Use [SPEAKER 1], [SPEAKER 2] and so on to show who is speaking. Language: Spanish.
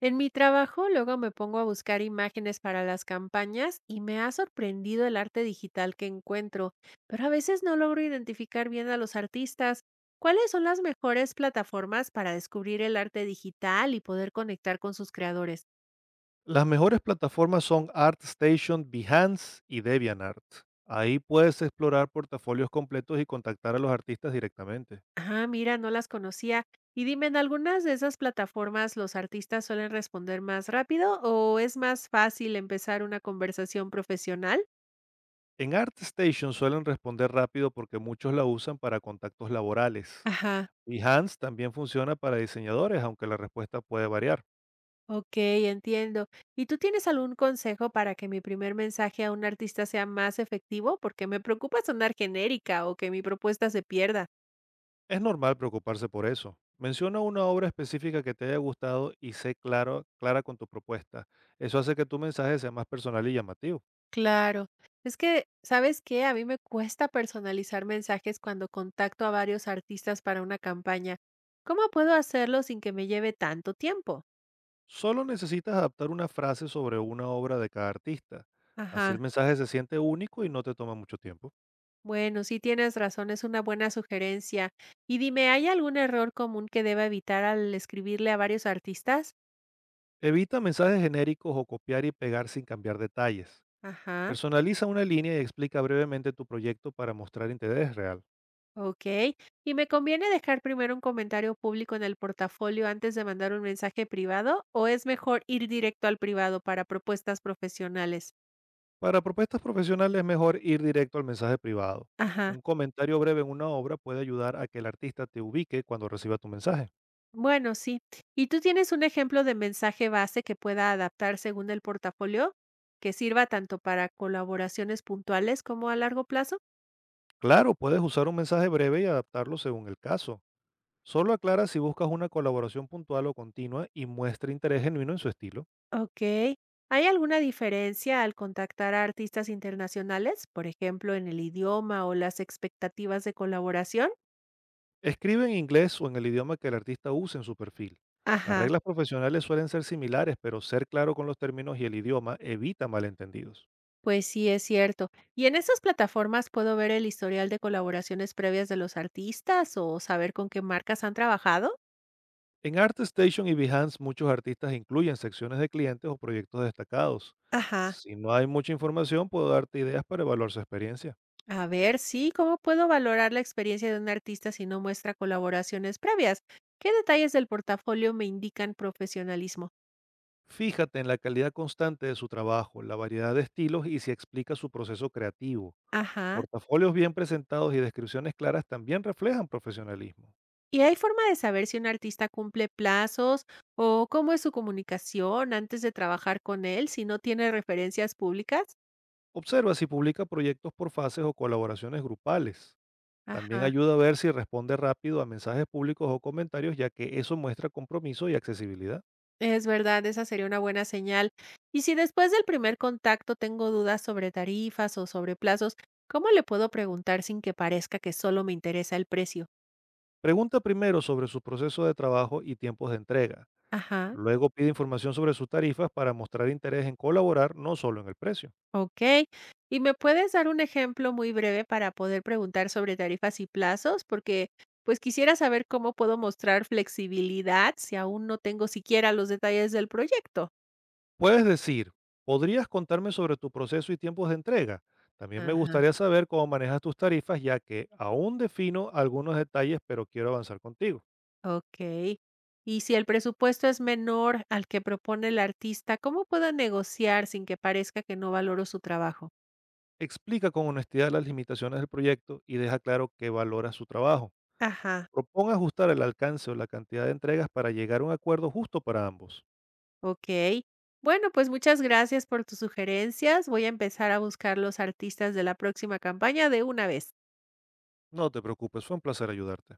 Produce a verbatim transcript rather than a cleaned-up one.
[SPEAKER 1] En mi trabajo luego me pongo a buscar imágenes para las campañas y me ha sorprendido el arte digital que encuentro, pero a veces no logro identificar bien a los artistas. ¿Cuáles son las mejores plataformas para descubrir el arte digital y poder conectar con sus creadores?
[SPEAKER 2] Las mejores plataformas son ArtStation, Behance y DeviantArt. Ahí puedes explorar portafolios completos y contactar a los artistas directamente.
[SPEAKER 1] Ah, mira, no las conocía. Y dime, ¿en algunas de esas plataformas los artistas suelen responder más rápido o es más fácil empezar una conversación profesional?
[SPEAKER 2] En ArtStation suelen responder rápido porque muchos la usan para contactos laborales.
[SPEAKER 1] Ajá.
[SPEAKER 2] Behance también funciona para diseñadores, aunque la respuesta puede variar.
[SPEAKER 1] Ok, entiendo. ¿Y tú tienes algún consejo para que mi primer mensaje a un artista sea más efectivo? Porque me preocupa sonar genérica o que mi propuesta se pierda.
[SPEAKER 2] Es normal preocuparse por eso. Menciona una obra específica que te haya gustado y sé claro, clara con tu propuesta. Eso hace que tu mensaje sea más personal y llamativo.
[SPEAKER 1] Claro. Es que, ¿sabes qué? A mí me cuesta personalizar mensajes cuando contacto a varios artistas para una campaña. ¿Cómo puedo hacerlo sin que me lleve tanto tiempo?
[SPEAKER 2] Solo necesitas adaptar una frase sobre una obra de cada artista. Así
[SPEAKER 1] Ajá.
[SPEAKER 2] el mensaje se siente único y no te toma mucho tiempo.
[SPEAKER 1] Bueno, sí tienes razón, es una buena sugerencia. Y dime, ¿hay algún error común que deba evitar al escribirle a varios artistas?
[SPEAKER 2] Evita mensajes genéricos o copiar y pegar sin cambiar detalles.
[SPEAKER 1] Ajá.
[SPEAKER 2] Personaliza una línea y explica brevemente tu proyecto para mostrar interés real.
[SPEAKER 1] Ok. ¿Y me conviene dejar primero un comentario público en el portafolio antes de mandar un mensaje privado o es mejor ir directo al privado para propuestas profesionales?
[SPEAKER 2] Para propuestas profesionales es mejor ir directo al mensaje privado.
[SPEAKER 1] Ajá.
[SPEAKER 2] Un comentario breve en una obra puede ayudar a que el artista te ubique cuando reciba tu mensaje.
[SPEAKER 1] Bueno, sí. ¿Y tú tienes un ejemplo de mensaje base que pueda adaptar según el portafolio? Que sirva tanto para colaboraciones puntuales como a largo plazo.
[SPEAKER 2] Claro, puedes usar un mensaje breve y adaptarlo según el caso. Solo aclara si buscas una colaboración puntual o continua y muestra interés genuino en su estilo.
[SPEAKER 1] Ok. ¿Hay alguna diferencia al contactar a artistas internacionales, por ejemplo, en el idioma o las expectativas de colaboración?
[SPEAKER 2] Escribe en inglés o en el idioma que el artista use en su perfil. Las
[SPEAKER 1] Ajá.
[SPEAKER 2] reglas profesionales suelen ser similares, pero ser claro con los términos y el idioma evita malentendidos.
[SPEAKER 1] Pues sí, es cierto. ¿Y en esas plataformas puedo ver el historial de colaboraciones previas de los artistas o saber con qué marcas han trabajado?
[SPEAKER 2] En ArtStation y Behance muchos artistas incluyen secciones de clientes o proyectos destacados.
[SPEAKER 1] Ajá.
[SPEAKER 2] Si no hay mucha información, puedo darte ideas para evaluar su experiencia.
[SPEAKER 1] A ver, sí, ¿cómo puedo valorar la experiencia de un artista si no muestra colaboraciones previas? ¿Qué detalles del portafolio me indican profesionalismo?
[SPEAKER 2] Fíjate en la calidad constante de su trabajo, la variedad de estilos y si explica su proceso creativo.
[SPEAKER 1] Ajá.
[SPEAKER 2] Portafolios bien presentados y descripciones claras también reflejan profesionalismo.
[SPEAKER 1] ¿Y hay forma de saber si un artista cumple plazos o cómo es su comunicación antes de trabajar con él si no tiene referencias públicas?
[SPEAKER 2] Observa si publica proyectos por fases o colaboraciones grupales. También
[SPEAKER 1] Ajá.
[SPEAKER 2] ayuda a ver si responde rápido a mensajes públicos o comentarios, ya que eso muestra compromiso y accesibilidad.
[SPEAKER 1] Es verdad, esa sería una buena señal. Y si después del primer contacto tengo dudas sobre tarifas o sobre plazos, ¿cómo le puedo preguntar sin que parezca que solo me interesa el precio?
[SPEAKER 2] Pregunta primero sobre su proceso de trabajo y tiempos de entrega.
[SPEAKER 1] Ajá,
[SPEAKER 2] Luego pide información sobre sus tarifas para mostrar interés en colaborar, no solo en el precio.
[SPEAKER 1] ok. ¿Y me puedes dar un ejemplo muy breve para poder preguntar sobre tarifas y plazos? Porque pues quisiera saber cómo puedo mostrar flexibilidad si aún no tengo siquiera los detalles del proyecto.
[SPEAKER 2] Puedes decir, ¿podrías contarme sobre tu proceso y tiempos de entrega? También me
[SPEAKER 1] Ajá.
[SPEAKER 2] gustaría saber cómo manejas tus tarifas, ya que aún defino algunos detalles, pero quiero avanzar contigo.
[SPEAKER 1] Okey. Y si el presupuesto es menor al que propone el artista, ¿cómo puedo negociar sin que parezca que no valoro su trabajo?
[SPEAKER 2] Explica con honestidad las limitaciones del proyecto y deja claro que valoras su trabajo.
[SPEAKER 1] Ajá,
[SPEAKER 2] Propón ajustar el alcance o la cantidad de entregas para llegar a un acuerdo justo para ambos.
[SPEAKER 1] okey. Bueno, pues muchas gracias por tus sugerencias. Voy a empezar a buscar los artistas de la próxima campaña de una vez.
[SPEAKER 2] No te preocupes, fue un placer ayudarte.